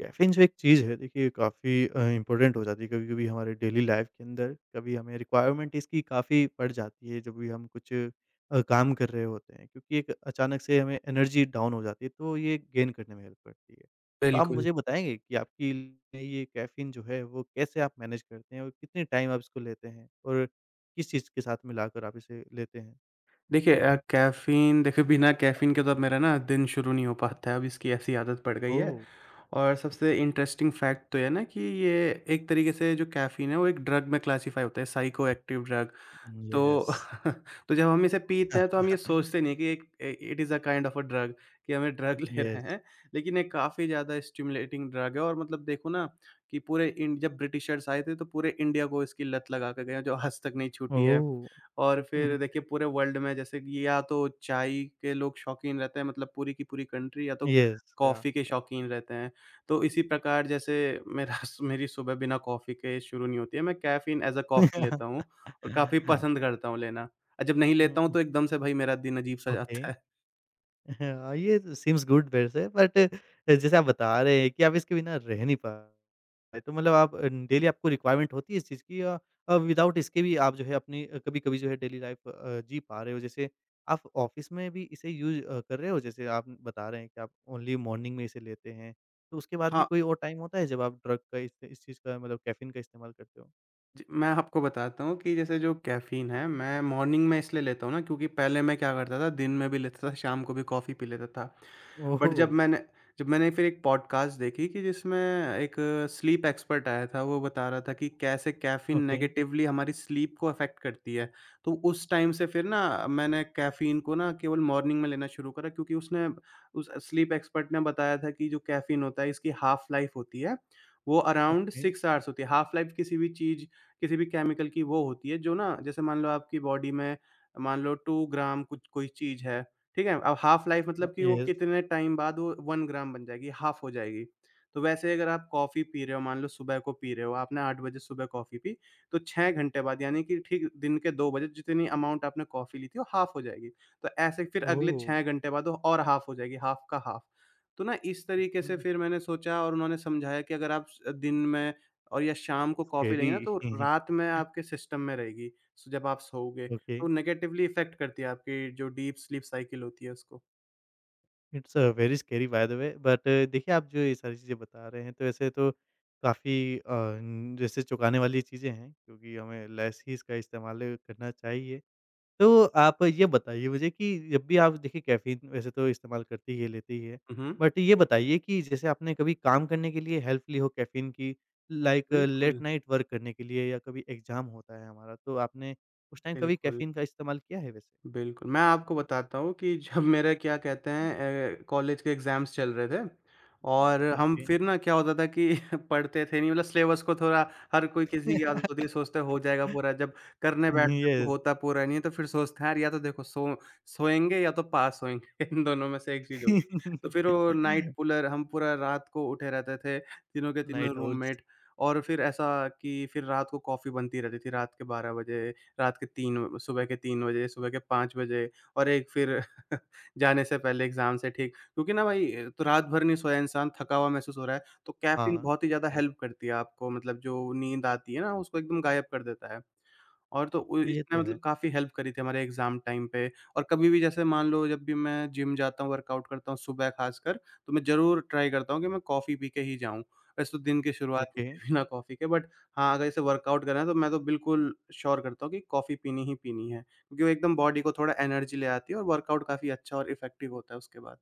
Caffeine जो एक चीज़ है देखिए काफ़ी इम्पोर्टेंट हो जाती है कभी-कभी हमारे डेली लाइफ़ के अंदर, कभी हमें रिक्वायरमेंट इसकी काफ़ी पड़ जाती है जब भी हम कुछ काम कर रहे होते हैं क्योंकि एक अचानक से हमें एनर्जी डाउन हो जाती है तो ये गेन करने में हेल्प करती है। तो आप बिल्कुल। मुझे बताएँगे कि आपकी लिए ये कैफ़ीन जो है वो कैसे आप मैनेज करते हैं और कितने टाइम आप इसको लेते हैं? और किस चीज़ के साथ मिलाकर आप इसे लेते हैं? देखिए कैफ़ीन देखिए बिना कैफ़ीन के तो अब मेरा ना दिन शुरू नहीं हो पाता है, अब इसकी ऐसी आदत पड़ गई ओह! है। और सबसे इंटरेस्टिंग फैक्ट तो ये है ना कि ये एक तरीके से जो कैफ़ीन है वो एक ड्रग में क्लासिफ़ाई होता है, साइकोएक्टिव ड्रग। तो Yes. तो जब हम इसे पीते हैं तो हम ये सोचते नहीं कि एक a it is a kind of a drug, कि हमें ड्रग ले रहे Yes. हैं। लेकिन ये काफ़ी ज़्यादा स्टिमुलेटिंग ड्रग है और मतलब देखो ना कि पूरे इंड जब ब्रिटिशर्स आए थे तो पूरे इंडिया को इसकी लत लगा के गए हैं जो आज तक नहीं छूटी है। ओह! और फिर देखिए पूरे वर्ल्ड में जैसे कि या तो चाय के लोग शौकीन रहते हैं, मतलब पूरी की पूरी कंट्री या तो Yes, yeah. कॉफ़ी के शौकीन रहते हैं। तो इसी प्रकार जैसे मेरा स मेरी सुबह बिना कॉफ़ी के शुरू नहीं होती है। मैं कैफ़ीन एज़ अ कॉफ़ी लेता हूँ। और काफ़ी पसंद करता हूँ लेना। जब नहीं हुँ, लेता हूँ हुँ, तो एकदम से भई मेरा दिन अजीब-सा ओके। जाता है। हाँ, ये तो सीम्स गुड वैसे बट जैसे आप बता रहे हैं कि आप इसके बिना रह नहीं पा रहे, तो मतलब आप डेली आपको रिक्वायरमेंट होती है इस चीज़ की या विदाउट इसके भी आप जो है अपनी कभी-कभी जो है डेली लाइफ़ जी पा रहे हो? जैसे आप ऑफ़िस में भी इसे यूज़ कर रहे हो? जैसे आप बता रहे हैं कि आप ओनली मॉर्निंग में इसे लेते हैं, तो उसके बाद भी हाँ, कोई और टाइम होता है जब आप ड्रग का इस चीज़ का मतलब कैफ़ीन का इस्तेमाल करते हो? जी, मैं आपको बताता हूँ कि जैसे जो कैफ़ीन है, मैं मॉर्निंग में इसलिए लेता हूँ ना, क्योंकि पहले मैं क्या करता था, दिन में भी लेता था, शाम को भी कॉफ़ी पी लेता था। But oh! जब मैंने फिर एक पॉडकास्ट देखी कि जिसमें एक स्लीप एक्सपर्ट आया था, वो बता रहा था कि कैसे कैफ़ीन ओके, नेगेटिवली हमारी स्लीप को अफ़ेक्ट करती है। तो उस टाइम से फिर ना मैंने कैफ़ीन को ना केवल मॉर्निंग में लेना शुरू करा, क्योंकि उसने उस स्लीप एक्सपर्ट ने बताया था कि जो कैफ़ीन होता है इसकी हाफ़ लाइफ़ होती है, वो अराउंड ओके। 6 आवर्स होती है। हाफ़ लाइफ़ किसी भी केमिकल की वो होती है, जो ना जैसे मान लो आपकी बॉडी में मान लो 2 ग्राम कुछ कोई चीज़ है, ठीक है? अब हाफ लाइफ मतलब कि वो येस, कितने टाइम बाद वो 1 ग्राम बन जाएगी, हाफ हो जाएगी। तो वैसे अगर आप कॉफ़ी पी रहे हो, मान लो सुबह को पी रहे हो, आपने 8 बजे सुबह कॉफ़ी पी, तो 6 घंटे बाद यानी कि ठीक दिन के 2 बजे जितनी अमाउंट आपने कॉफ़ी ली थी वो हाफ हो जाएगी। तो ऐसे फिर अगले ओह! 6 घंटे बाद वो और हाफ हो जाएगी, हाफ का हाफ। तो ना इस तरीके से हुँ, फिर मैंने सोचा और उन्होंने समझाया कि अगर आप स दिन में और या शाम को कॉफ़ी स्कैरी। लेंगे ना, तो रात में आपके सिस्टम में रहेगी। सो जब आप सोओगे ओके, तो नेगेटिवली इफ़ेक्ट करती है आपकी जो डीप स्लीप साइकिल होती है उसको। It's a, very scary by the way but देखिए आप जो ये सारी चीज़ें बता रहे हैं तो ऐसे तो काफ़ी न जैसे चौंकाने वाली चीज़ें हैं क्योंकि हमें लेस ही इसका इस्तेमाल करना चाहिए। तो आप ये बताइए मुझे कि जब भी आप देखिए कैफ़ीन वैसे तो इस्तेमाल करती ही लेती है, हुँ, हुँ। बट ये बताइए कि जैसे आपने कभी काम करने के लिए हेल्प ली हो कैफ़ीन की लाइक बिल्कुल, लेट नाइट वर्क करने के लिए या कभी एग्ज़ाम होता है हमारा तो आपने उस टाइम कभी बिल्कुल। कैफ़ीन का इस्तेमाल किया है वैसे? बिल्कुल, मैं आपको बताता हूँ कि जब मेरा क्या कहते हैं कॉलेज के एग्ज़ाम्स चल रहे थे और हम ओके। फिर ना क्या होता था कि पढ़ते थे नहीं, मतलब सिलेबस को थोड़ा हर कोई, किसी की आदत होती है, सोचते हैं हो जाएगा पूरा। जब करने बैठते तो येस। होता पूरा नहीं है, तो फिर सोचते हैं यार, या तो देखो सोएँगे या तो पास होएँगे, इन दोनों में से एक चीज़ होगी। तो फिर वो नाइट पूलर, हम पूरा रात को उठे रहते थे, तीनों के तीनों नाइट आउल्स। रूममेट, और फिर ऐसा कि फिर रात को कॉफ़ी बनती रहती थी, रात के 12 बजे, रात के 3, सुबह के 3 बजे, सुबह के 5 बजे। और एक फिर जाने से पहले एग्ज़ाम से ठीक, क्योंकि ना भाई, तो रात भर नहीं सोया इंसान, थका हुआ महसूस हो रहा है, तो कैफ़ीन हाँ, बहुत ही ज़्यादा हेल्प करती है आपको, मतलब जो नींद आती है ना, उसको एकदम गायब कर देता है। और तो उ ये इसने तो है। मतलब काफ़ी हेल्प करी थी हमारे एग्ज़ाम टाइम पे। और कभी भी जैसे मान लो जब भी मैं जिम जाता हूँ, वर्कआउट करता हूँ सुबह ख़ासकर, तो मैं ज़रूर ट्राई करता हूँ कि मैं कॉफ़ी पी के ही जाऊँ। वैसे तो दिन की शुरुआत ओके, होती है बिना कॉफ़ी के, बट हाँ, अगर जैसे वर्कआउट करना है तो मैं तो बिल्कुल श्योर करता हूँ कि कॉफ़ी पीनी ही पीनी है। क्योंकि वो एकदम बॉडी को थोड़ा एनर्जी ले आती है और वर्कआउट काफ़ी अच्छा और इफ़ेक्टिव होता है उसके बाद।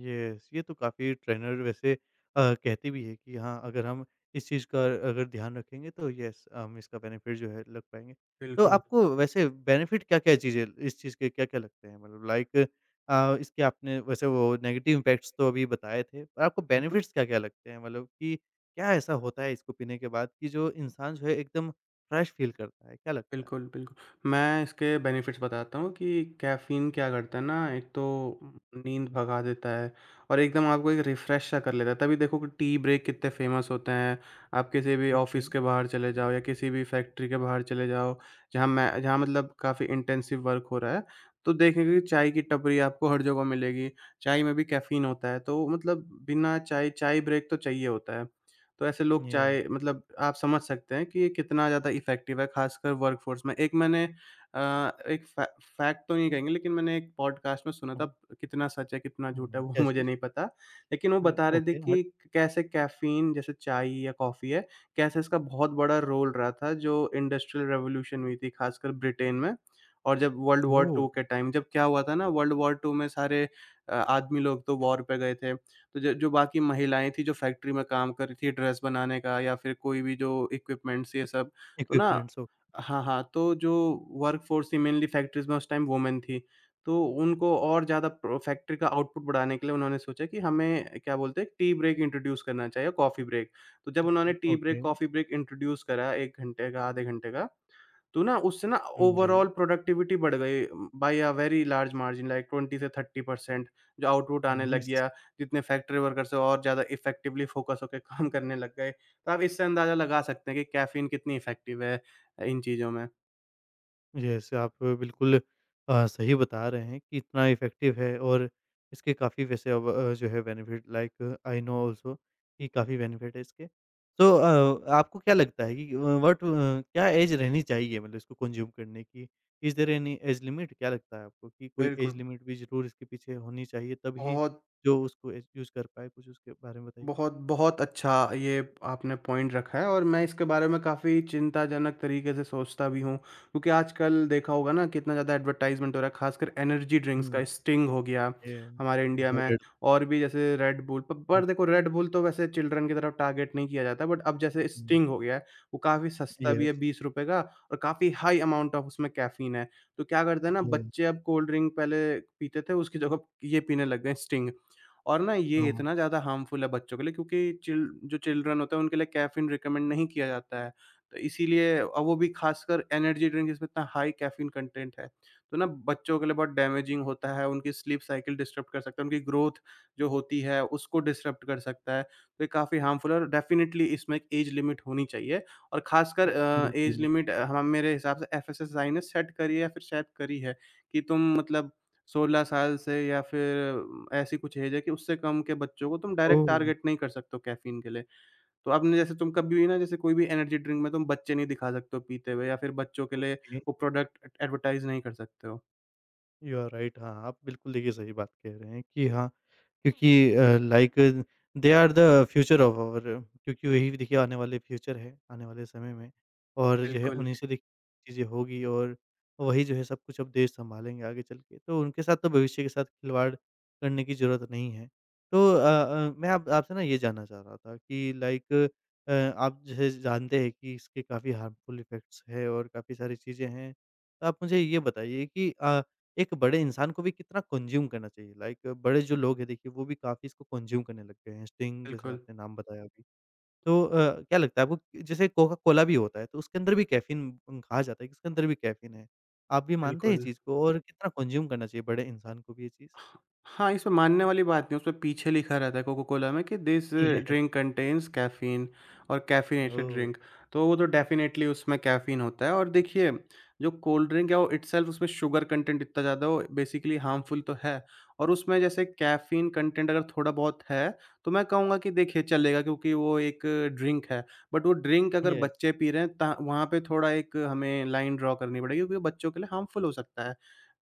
येस, ये तो काफ़ी ट्रेनर वैसे कहती भी है कि हाँ, अगर हम इस चीज़ का अगर ध्यान रखेंगे तो येस हम इसका बेनिफिट जो है लग पाएँगे। तो बिल्कुल। आपको वैसे बेनिफिट क्या-क्या चीज़ें इस चीज़ के क्या-क्या लगते हैं? मतलब लाइक इसके आपने वैसे वो नेगेटिव इम्पैक्ट्स तो अभी बताए थे, पर आपको हुँ, हुँ। बेनिफिट्स क्या-क्या लगते हैं? मतलब कि क्या ऐसा होता है इसको पीने के बाद कि जो इंसान जो है एकदम फ्रेश फील करता है, क्या लगता है बिल्कुल, आपको? बिल्कुल। मैं इसके बेनिफिट्स बताता हूँ कि कैफ़ीन क्या करता है ना, एक तो नींद भगा देता है और एकदम आपको एक रिफ़्रेश सा कर लेता है। तभी देखो कि टी ब्रेक कितने फ़ेमस होते हैं। आप किसी भी ओके, ऑफ़िस के बाहर चले जाओ या किसी भी फैक्ट्री के बाहर चले जाओ, जहाँ मतलब काफ़ी इंटेंसिव वर्क हो रहा है, तो देखेंगे कि चाय की टपरी आपको हर जगह मिलेगी। चाय में भी कैफ़ीन होता है, तो मतलब बिना चाय चाय ब्रेक तो चाहिए होता है। तो ऐसे लोग ये चाहे, मतलब आप समझ सकते हैं कि ये कितना ज़्यादा इफ़ेक्टिव है, ख़ासकर वर्कफ़ोर्स में। एक मैंने, अ, एक फ़ैक्ट तो नहीं कहेंगे, लेकिन मैंने एक पॉडकास्ट में सुना हुँ, था, कितना सच है, कितना झूठ है, हुँ, वो क्या मुझे चीज़? नहीं पता। लेकिन वो हुँ, बता रहे थे ओके, हट। कि कैसे कैफ़ीन, जैसे चाय या कॉफ़ी है, कैसे इसका बहुत बड़ा रोल रहा था, जो इंडस्ट्रियल रिवॉल्यूशन हुई थी, ख़ासकर ब्रिटेन में। और जब वर्ल्ड वॉर 2 के ओह! टाइम जब क्या हुआ था ना, वर्ल्ड वॉर 2 में सारे आदमी लोग तो वॉर पे गए थे। तो ज जो बाकी महिलाएँ थीं, जो फैक्ट्री में काम कर रही थीं, ड्रेस बनाने का या फिर कोई भी जो इक्विपमेंट्स, ये सब, तो ना, इक्विपमेंट्स, हाँ, हाँ, तो जो वर्कफ़ोर्स थी मेनली फैक्ट्रीज़ में उस टाइम वुमेन थी। तो उनको और ज़्यादा प्र फैक्ट्री का आउटपुट बढ़ाने के लिए उन्होंने सोचा कि हमें क्या बोलते हैं, टी ब्रेक इंट्रोड्यूस करना चाहिए, कॉफ़ी ब्रेक। तो जब उन्होंने tea break, okay, coffee break introduce करा, 1 घंटे का, आधे घंटे का, तो ना उससे ना हुँ, जी, ओवरऑल प्रोडक्टिविटी बढ़ गई, by a very large margin, like 20 से 30% जो आउटपुट आने लग नाइस। गया, जितने फैक्ट्री वर्कर्स और ज़्यादा इफेक्टिवली फोकस होकर काम करने लग गए। तो आप इससे अंदाज़ा लगा सकते हैं कि कैफ़ीन कितनी इफेक्टिव है इन चीज़ों में। जैसे आप बिल्कुल सही बता रहे हैं कि इतना इफ़ेक्टिव है और इसके काफ़ी वैसे अब जो है benefit like I know also कि काफ़ी बेनिफिट है इसके। तो आपको क्या लगता है कि व्हाट क्या एज रहनी चाहिए मतलब इसको कंज़्यूम करने की? Is there any age limit? क्या लगता है आपको कि कोई एज बिल्कुल, लिमिट भी ज़रूर इसके पीछे होनी चाहिए तभी बहुत जो उसको एज यूज़ कर पाए? कुछ उसके बारे में बताइए? बहुत, बहुत अच्छा ये आपने पॉइंट रखा है, और मैं इसके बारे में काफ़ी चिंताजनक तरीके से सोचता भी हूँ। क्योंकि आजकल देखा होगा ना कितना ज़्यादा एडवर्टाइज़मेंट हो रहा है, ख़ासकर एनर्जी ड्रिंक्स हुँ, का, स्टिंग हो गया ये हमारे इंडिया में, रेड, और भी जैसे रेड बुल। प पर देखो रेड बुल तो वैसे चिल्ड्रन की तरफ टारगेट नहीं किया जाता, बट अब जैसे स्टिंग हो गया है, वो काफ़ी सस्ता भी है, येस, ₹20 का, और काफ़ी हाई अमाउंट ऑफ उसमें कैफ़ीन है। तो क्या करते हैं ना बच्चे, येस, अब कोल्ड ड्रिंक पहले पीते थे, उसकी जगह ये पीने लग गए हैं, स्टिंग। और ना ये हाँ, इतना ज़्यादा हार्मफुल है बच्चों के लिए क्योंकि चिल जो चिल्ड्रन होते हैं उनके लिए कैफ़ीन रिकमेंड नहीं किया जाता है। तो इसीलिए, और वो भी ख़ासकर एनर्जी ड्रिंक, इसमें इतना हाई कैफ़ीन कंटेंट है। तो ना बच्चों के लिए बहुत डैमेजिंग होता है, उनकी स्लीप साइकिल डिस्टर्ब कर सकता है, उनकी ग्रोथ जो होती है उसको डिस्टर्ब कर सकता है। तो ये काफ़ी हार्मफुल है और डेफ़िनिटली इसमें एक ऐज लिमिट होनी चाहिए, और ख़ासकर ऐज बिल्कुल। लिमिट, हम मेरे हिसाब से एफएसएसआई ने सेट करी है, या फिर शायद करी है कि तुम मतलब 16 साल से, या फिर ऐसी कुछ ऐज है कि उससे कम के बच्चों को तुम डायरेक्ट ओह! टारगेट नहीं कर सकते हो कैफ़ीन के लिए। तो आपने जैसे तुम कभी भी ना, जैसे कोई भी एनर्जी ड्रिंक में तुम बच्चे नहीं दिखा सकते हो पीते हुए, या फिर बच्चों के लिए ओके, वो प्रोडक्ट एडवर्टाइज़ नहीं कर सकते हो। यू आर राइट, हाँ, आप बिल्कुल देखिए सही बात कह रहे हैं कि हाँ, क्योंकि like they are the future of our, क्योंकि वही देखिए आने वाले फ्यूचर है, आने वाले समय में और जो है बिल्कुल, उन्हीं से देखिए चीज़ें होगी और वही जो है सब कुछ अब देश सँभालेंगे आगे चल के। तो उनके साथ तो भविष्य के साथ खिलवाड़ करने की ज़रूरत नहीं है। तो मैं आप आपसे ना ये जानना चाह रहा था कि लाइक आप जो है जानते हैं कि इसके काफ़ी हार्मफुल इफ़ेक्ट्स हैं और काफ़ी सारी चीज़ें हैं। तो आप मुझे ये बताइए कि एक बड़े इंसान को भी कितना कंज़्यूम करना चाहिए, लाइक बड़े जो लोग हैं देखिए वो भी काफ़ी इसको कंज़्यूम करने लग गए हैं, स्टिंग जैसे बिल्कुल, आपने नाम बताया अभी। तो क्या लगता है आपको कि जैसे कोका कोला भी होता है तो उसके अंदर भी कैफ़ीन, कहा जाता है कि उसके अंदर भी कैफ़ीन है। आप भी मानते हैं ये बिल्कुल। चीज़ को और कितना कंज़्यूम करना चाहिए बड़े इंसान को भी ये चीज़? हाँ, इसमें मानने वाली बात नहीं है, उसमें पीछे लिखा रहता है कोका कोला में कि this yes. Drink contains caffeine, और कैफ़ीनेटेड ओह! ड्रिंक। तो वो तो डेफ़िनेटली उसमें कैफ़ीन होता है, और देखिए, जो कोल्ड ड्रिंक है वो इटसेल्फ, उसमें शुगर कंटेंट इतना ज़्यादा, वो बेसिकली हार्मफुल तो है, और उसमें जैसे कैफ़ीन कंटेंट अगर थोड़ा बहुत है, तो मैं कहूँगा कि देखिए चलेगा, क्योंकि वो एक ड्रिंक है। बट वो ड्रिंक अगर यस। बच्चे पी रहे हैं, ता वहाँ पे थोड़ा एक हमें लाइन ड्रा करनी पड़ेगी, क्योंकि वो बच्चों के लिए हार्मफुल हो सकता है।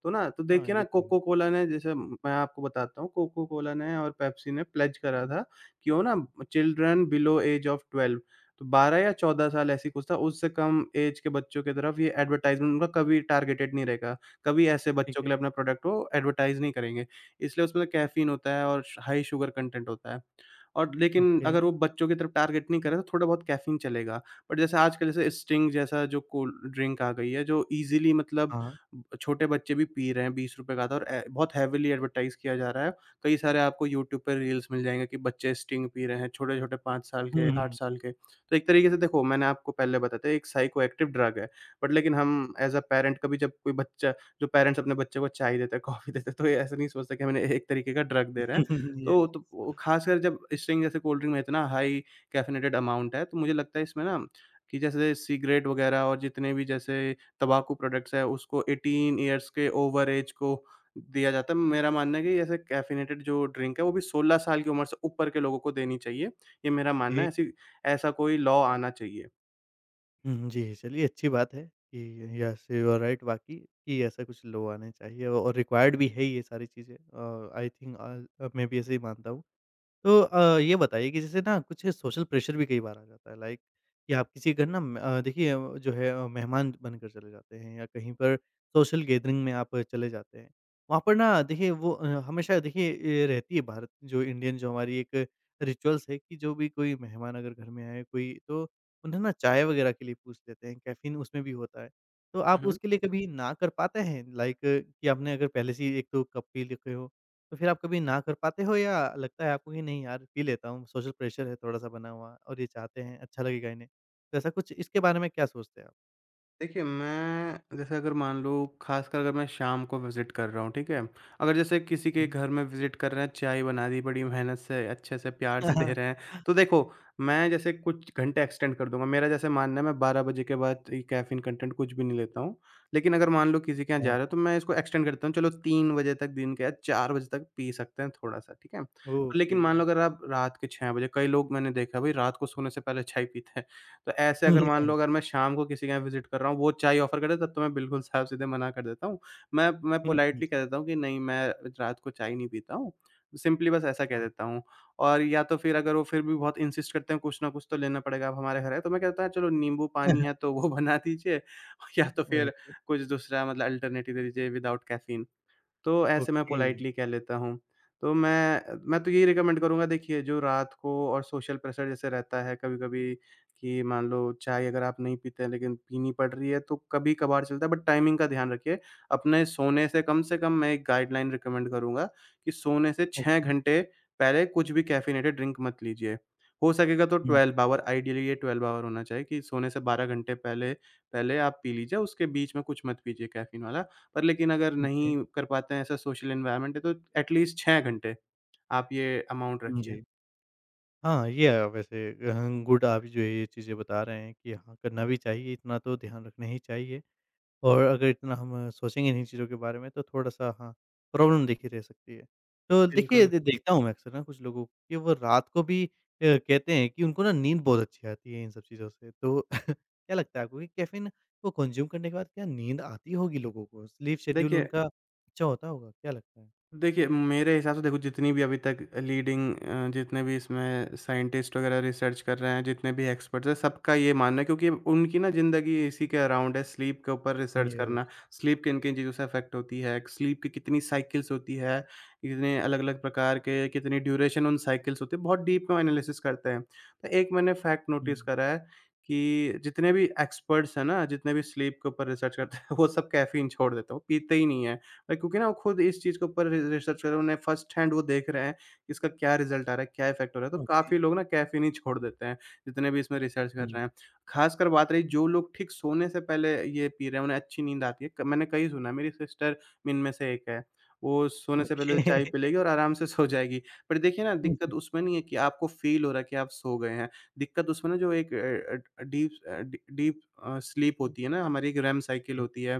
तो ना, तो हाँ, देखिए ये ना, तो है। कोको कोला ने, जैसे मैं आपको बताता हूँ, कोको कोला ने और पेप्सी ने प्लेज करा था कि वो ना चिल्ड्रन बिलो एज ऑफ 12, तो 12 या 14 साल ऐसी कुछ था, उससे कम एज के बच्चों की तरफ ये एडवर्टाइजमेंट उनका कभी टारगेटेड नहीं रहेगा। कभी ऐसे ठीक बच्चों के है, लिए अपना प्रोडक्ट वो एडवर्टाइज़ नहीं करेंगे। इसलिए, उसमें कैफ़ीन होता है और श हाई शुगर कंटेंट होता है। और लेकिन ओके। अगर वो बच्चों की तरफ टारगेट नहीं करे तो थोड़ा बहुत कैफ़ीन चलेगा। बट जैसे आजकल जैसे स्टिंग जैसा जो कोल्ड ड्रिंक आ गई है, जो ईज़िली मतलब हाँ। छोटे बच्चे भी पी रहे हैं, ₹20 का आता है, और ए बहुत हेविली एडवर्टाइज़ किया जा रहा है। कई सारे आपको यूट्यूब पे रील्स मिल जाएँगे कि बच्चे स्टिंग पी रहे हैं, छोटे-छोटे 5 साल के, हुँ, 8 हुँ। साल के। तो एक तरीके से देखो, मैंने आपको पहले बताया था, एक साइकोएक्टिव ड्रग है। बट लेकिन हम एज़ अ पैरेंट, कभी जब कोई बच्चा, जो पैरेंट्स अपने बच्चे को चाय देते हैं, कॉफ़ी देते हैं, तो ये ऐसा नहीं सोचते कि हमें एक तरीके का ड्रग दे रहे हैं। तो वो खासकर जब स्टिंग जैसे कोल्ड ड्रिंक में इतना हाई कैफ़ीनेटेड अमाउंट है, तो मुझे लगता है इसमें ना, कि जैसे सिगरेट वगैरह, और जितने भी जैसे तम्बाकू प्रोडक्ट्स है, उसको 18 इयर्स के ओवर एज को दिया जाता है। मेरा मानना है कि ऐसे कैफ़ीनेटेड जो ड्रिंक है, वो भी 16 साल की उम्र से ऊपर के लोगों को देनी चाहिए। ये मेरा मानना ये है, ऐसी ऐसा कोई लॉ आना चाहिए। हुँ, जी। चलिए अच्छी बात है कि येस यू आर राइट वाक़ई कि ऐसा कुछ लोग आने चाहिए और रिक्वायर्ड भी है ये सारी चीज़ें। आई थिंक मैं भी ऐसे ही मानता हूँ। तो ये बताइए कि जैसे ना कुछ सोशल प्रेशर भी कई बार आ जाता है लाइक कि आप किसी घर ना देखिए जो है मेहमान बनकर चले जाते हैं या कहीं पर सोशल गैदरिंग में आप चले जाते हैं। वहाँ पर ना देखिए वो हमेशा देखिए ये रहती है भारत जो इंडियन जो हमारी एक रिचुअल्स है कि जो भी कोई मेहमान अगर घर में आए कोई तो उन्हें ना चाय वगैरह के लिए पूछ लेते हैं, कैफ़ीन उसमें भी होता है। तो आप उसके लिए कभी ना कर पाते हैं? लाइक कि आपने अगर पहले से ही एक 2 कप पी लेते हो तो फिर आप कभी ना कर पाते हो या लगता है आपको कि नहीं यार पी लेता हूँ, सोशल प्रेशर है थोड़ा-सा बना हुआ और ये चाहते हैं, अच्छा लगेगा इन्हें। तो ऐसा कुछ इसके बारे में क्या सोचते हैं आप? देखिए, मैं जैसे अगर मान लो, ख़ासकर अगर मैं शाम को विज़िट कर रहा हूँ, ठीक है? अगर जैसे किसी के हुँ। घर में विज़िट कर रहे हैं, चाय बना दी बड़ी मेहनत से, अच्छे से, प्यार से दे रहे हैं, तो देखो, मैं जैसे कुछ घंटे एक्सटेंड कर दूँगा। मेरा जैसे मानना है, मैं 12 बजे के बाद ये कैफ़ीन कंटेंट कुछ भी नहीं लेता हूँ। लेकिन अगर मान लो किसी के यहाँ अच्छा। जा रहा हूँ, तो मैं इसको एक्सटेंड करता हूँ, चलो 3 बजे तक दिन के, या 4 बजे तक पी सकते हैं थोड़ा-सा, ठीक है? ओके। लेकिन मान लो, अगर आप रात के 6 बजे, कई लोग मैंने देखा है भई रात को सोने से पहले चाय पीते हैं। तो ऐसे अगर मान लो, यस। अगर मैं शाम को किसी के यहाँ विज़िट कर रहा हूँ, वो चाय ऑफ़र करे, तब तो मैं बिल्कुल साफ-सीधे मना कर देता हूँ। मैं हुँ, हुँ, पोलाइटली कह देता हूँ कि नहीं, मैं रात को चाय नहीं पीता हूँ, सिंपली बस ऐसा कह देता हूँ। और या तो फिर अगर वो फिर भी बहुत इंसिस्ट करते हैं, कुछ ना कुछ तो लेना पड़ेगा, अब हमारे घर है, तो मैं कहता है चलो नींबू पानी हाँ। है, तो वो बना दीजिए या तो वही फिर तो। कुछ दूसरा मतलब अल्टरनेटिव दे दीजिए, विदाउट कैफ़ीन। तो ऐसे मैं ओके, पोलाइटली कह लेता हूँ। तो मैं तो यही रिकमेंड करूँगा, देखिए, जो रात को और सोशल प्रेशर जैसे रहता है कभी-कभी, कि मान लो चाय अगर आप नहीं पीते हैं, लेकिन पीनी पड़ रही है, तो कभी-कभार चलता है, बट टाइमिंग का ध्यान रखिए। अपने सोने से कम से कम, मैं एक गाइडलाइन रिकमेंड करूँगा कि सोने से 6 ओके। घंटे पहले कुछ भी कैफ़ीनेटेड ड्रिंक मत लीजिए। हो सकेगा तो हुँ, 12 ऑवर, आइडियली ये 12 ऑवर होना चाहिए, कि सोने से 12 घंटे पहले पहले आप पी लीजिए, उसके बीच में कुछ मत पीजिए कैफ़ीन वाला। पर लेकिन अगर ओके। नहीं कर पाते हैं, ऐसा सोशल एनवायरनमेंट है, तो एटलीस्ट 6 घंटे आप ये अमाउंट हुँ, रखिए। जी। हाँ, ये है वैसे गुड, आप जो ये चीज़ें बता रहे हैं कि हाँ, करना भी चाहिए, इतना तो ध्यान रखना ही चाहिए। और अगर इतना हम सोचेंगे इन्हीं चीज़ों के बारे में तो थोड़ा-सा हाँ, प्रॉब्लम देखिए रह सकती है। तो देखिए बिल्कुल। दे देखता हूँ मैं अक्सर ना कुछ लोगों को कि वो रात को भी कहते हैं कि उनको ना नींद बहुत अच्छी आती है इन सब चीज़ों से। तो क्या लगता है आपको कि कैफ़ीन को कंज़्यूम करने के बाद क्या नींद आती होगी लोगों को? स्लीप शेड्यूल देखिए उनका अच्छा होता होगा? क्या लगता है? देखिए, मेरे हिसाब से देखो, जितनी भी अभी तक लीडिंग जितने भी इसमें साइंटिस्ट वगैरह रिसर्च कर रहे हैं, जितने भी एक्सपर्ट्स हैं, सबका ये मानना है, क्योंकि उनकी ना ज़िंदगी इसी के अराउंड है, स्लीप के ऊपर रिसर्च करना। यस। स्लीप किन-किन चीज़ों से अफ़ेक्ट होती है, स्लीप की कितनी साइकिल्स होती है, कितने अलग-अलग प्रकार के, कितनी ड्यूरेशन उन साइकिल्स होती है, बहुत डीप में एनालिसिस करते हैं। तो एक मैंने फैक्ट हुँ, नोटिस करा है, कि जितने भी एक्सपर्ट्स हैं ना, जितने भी स्लीप के ऊपर रिसर्च करते हैं, वो सब कैफ़ीन छोड़ देते हैं, वो पीते ही नहीं हैं। क्योंकि ना वो खुद इस चीज़ के ऊपर रि रिसर्च कर रहे हैं, उन्हें फर्स्ट हैंड वो देख रहे हैं, कि इसका क्या रिज़ल्ट आ रहा है, क्या इफ़ेक्ट हो रहा है, तो ओके। काफ़ी लोग ना कैफ़ीन ही छोड़ देते हैं, जितने भी इसमें रिसर्च कर हुँ, रहे हैं। ख़ासकर बात रही, जो लोग ठीक सोने से पहले ये पी रहे हैं, उन्हें अच्छी नींद आती है, क मैंने कई सुना है, मेरी सिस्टर इनमें से एक है, वो सोने से पहले ओके। चाय पी लेगी और आराम से सो जाएगी। पर देखिए ना, दिक्कत उसमें नहीं है कि आपको फ़ील हो रहा है कि आप सो गए हैं, दिक्कत उसमें ना, जो एक deep uh, D deep uh, sleep होती है अच्छा, ना, हमारी एक रेम साइकिल ओके। होती है,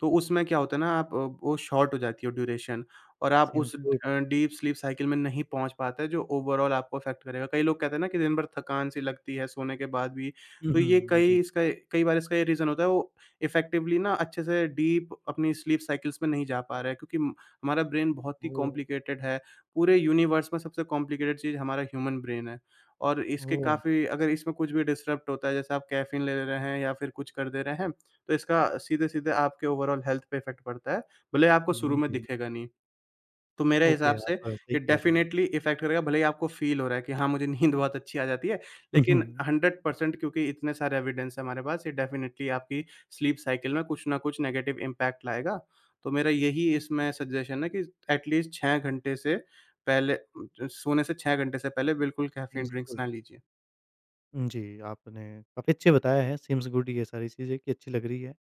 तो उसमें क्या होता है ना, आप वो शॉर्ट हो जाती है ड्यूरेशन, और आप उस seems good. Deep sleep cycle में नहीं पहुंच पाते, जो ओवरऑल आपको अफेक्ट करेगा। कई लोग कहते हैं ना कि दिन भर थकान सी लगती है सोने के बाद भी। हुँ, तो ये हुँ, जी। कई बार इसका ये रीज़न होता है, वो इफेक्टिवली ना अच्छे से डीप अपनी स्लीप साइकिल्स में नहीं जा पा रहा है, क्योंकि हमारा ब्रेन बहुत ही ओह! कॉम्प्लिकेटेड है, पूरे यूनिवर्स में सबसे कॉम्प्लिकेटेड चीज़ हमारा ह्यूमन ब्रेन है। और इसके ओह! काफ़ी अगर इसमें कुछ भी डिस्टर्ब होता है, जैसे आप कैफीन ले रहे हैं या फिर कुछ कर दे रहे हैं, तो इसका सीधे-सीधे आपके ओवरऑल हेल्थ पे इफ़ेक्ट पड़ता है, भले ही आपको शुरू हुँ, में जी। दिखेगा नहीं। तो मेरे ओके, हिसाब से आप सही ये कह रहे हैं। डेफ़िनेटली इफ़ेक्ट करेगा, भले ही आपको फ़ील हो रहा है कि हाँ, मुझे नींद बहुत अच्छी आ जाती है, लेकिन 100% क्योंकि इतने सारे एविडेंस हैं हमारे पास, ये डेफ़िनेटली आपकी स्लीप साइकिल में कुछ ना कुछ नेगेटिव इम्पैक्ट लाएगा। तो मेरा यही इसमें सजेशन है कि एटलीस्ट 6 घंटे से पहले सोने से 6 घंटे से पहले बिल्कुल कैफ़ीन सिम्स ड्रिंक्स गुड, ना लीजिए। जी, आपने काफ़ी अच्छे बताया है, सिम्स गुड ये सारी चीज़ें कि अच्छी लग रही है।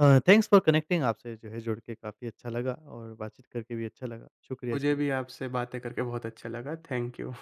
थैंक्स फॉर कनेक्टिंग, आपसे जो है जुड़ के काफ़ी अच्छा लगा और बातचीत करके भी अच्छा लगा। शुक्रिया इसके मुझे भी लिए। आपसे बातें करके बहुत अच्छा लगा। Thank you.